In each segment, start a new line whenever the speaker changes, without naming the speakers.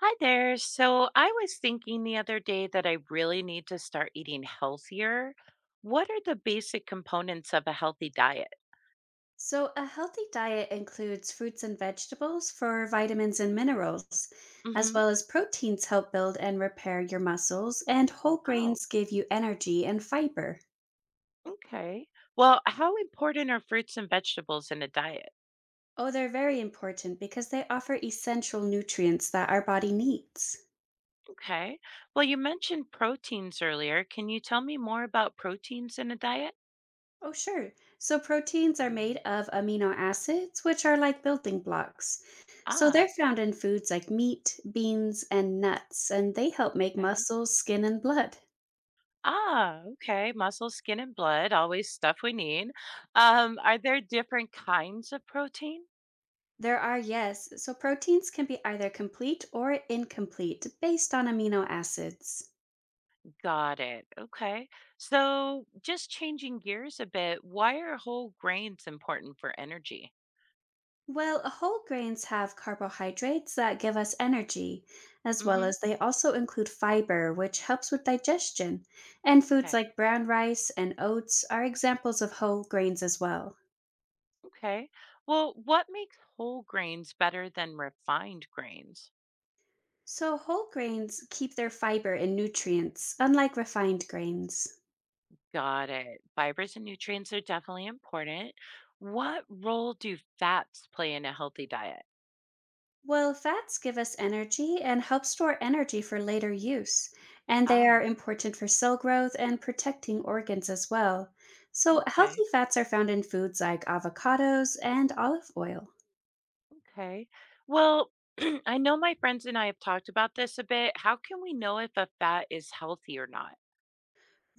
Hi there. So I was thinking the other day that I really need to start eating healthier. What are the basic components of a healthy diet?
So, a healthy diet includes fruits and vegetables for vitamins and minerals, as
Hmm.
well as proteins help build and repair your muscles, and whole
Oh,
grains give you energy and fiber.
okay. Well, how important are fruits and vegetables in a diet?
Oh, they're very important because they offer essential nutrients that our body needs.
Okay. Well, you mentioned proteins earlier. Can you tell me more about proteins in a diet?
Oh, sure. So, proteins are made of amino acids, which are like building blocks. So, they're
Ah,
found in foods like meat, beans, and nuts, and they help make
okay.
muscles, skin, and blood.
Ah, okay. Muscle, skin, and blood, always stuff we need. Are there different kinds of protein?
There are, yes. So proteins can be either complete or incomplete based on amino acids.
Got it. Okay. So, just changing gears a bit, why are whole grains important for energy?
Well, whole grains have carbohydrates that give us energy, as well
Mhm.
as they also include fiber, which helps with digestion. And foods
Okay.
like brown rice and oats are examples of whole grains as well.
Okay. Well, what makes whole grains better than refined grains?
So, whole grains keep their fiber and nutrients, unlike refined grains.
Got it. Fibers and nutrients are definitely important. What role do fats play in a healthy diet?
Well, fats give us energy and help store energy for later use, and they
Ah,
are important for cell growth and protecting organs as well. So,
okay.
healthy fats are found in foods like avocados and olive oil.
Okay. Well, I know my friends and I have talked about this a bit. How can we know if a fat is healthy or not?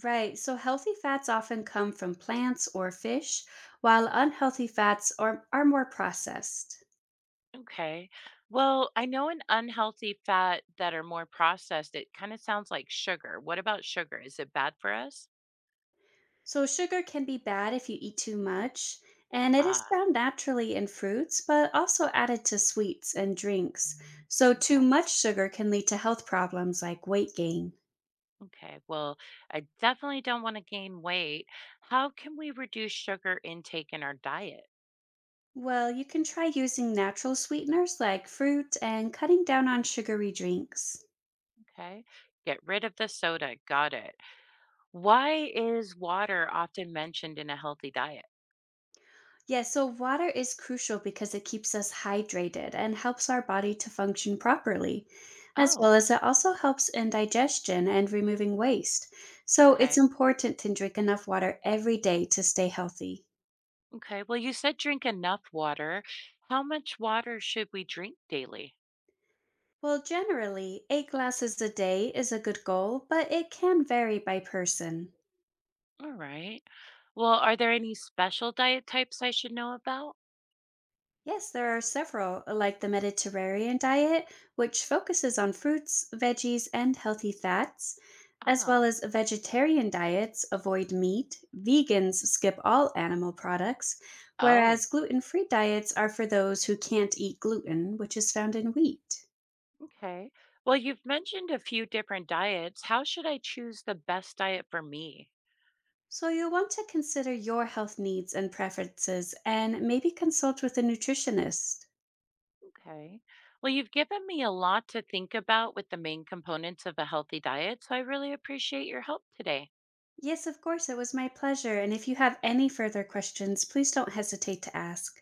Right, so healthy fats often come from plants or fish, while unhealthy fats are more processed.
Okay. Well, I know an unhealthy fat that are more processed, it kind of sounds like sugar. What about sugar? Is it bad for us?
So, sugar can be bad if you eat too much, and it is
Ah,
found naturally in fruits, but also added to sweets and drinks. So, too
okay.
much sugar can lead to health problems like weight gain.
Okay. Well, I definitely don't want to gain weight. How can we reduce sugar intake in our diet?
Well, you can try using natural sweeteners like fruit and cutting down on sugary drinks.
Okay. Get rid of the soda. Got it. Why is water often mentioned in a healthy diet?
Yeah, so water is crucial because it keeps us hydrated and helps our body to function properly, as
Oh,
well as it also helps in digestion and removing waste. So
okay.
it's important to drink enough water every day to stay healthy.
Okay. Well, you said drink enough water. How much water should we drink daily?
Well, generally, eight glasses a day is a good goal, but it can vary by person.
All right. Well, are there any special diet types I should know about?
Yes, there are several, like the Mediterranean diet, which focuses on fruits, veggies, and healthy fats, as well
Ah,
as vegetarian diets avoid meat, vegans skip all animal products,
oh,
whereas gluten free diets are for those who can't eat gluten, which is found in wheat.
okay. Well, you've mentioned a few different diets. How should I choose the best diet for me?
So you'll want to consider your health needs and preferences and maybe consult with a nutritionist.
Okay. Well, you've given me a lot to think about with the main components of a healthy diet, so I really appreciate your help today.
Yes, of course, it was my pleasure. And if you have any further questions, please don't hesitate to ask.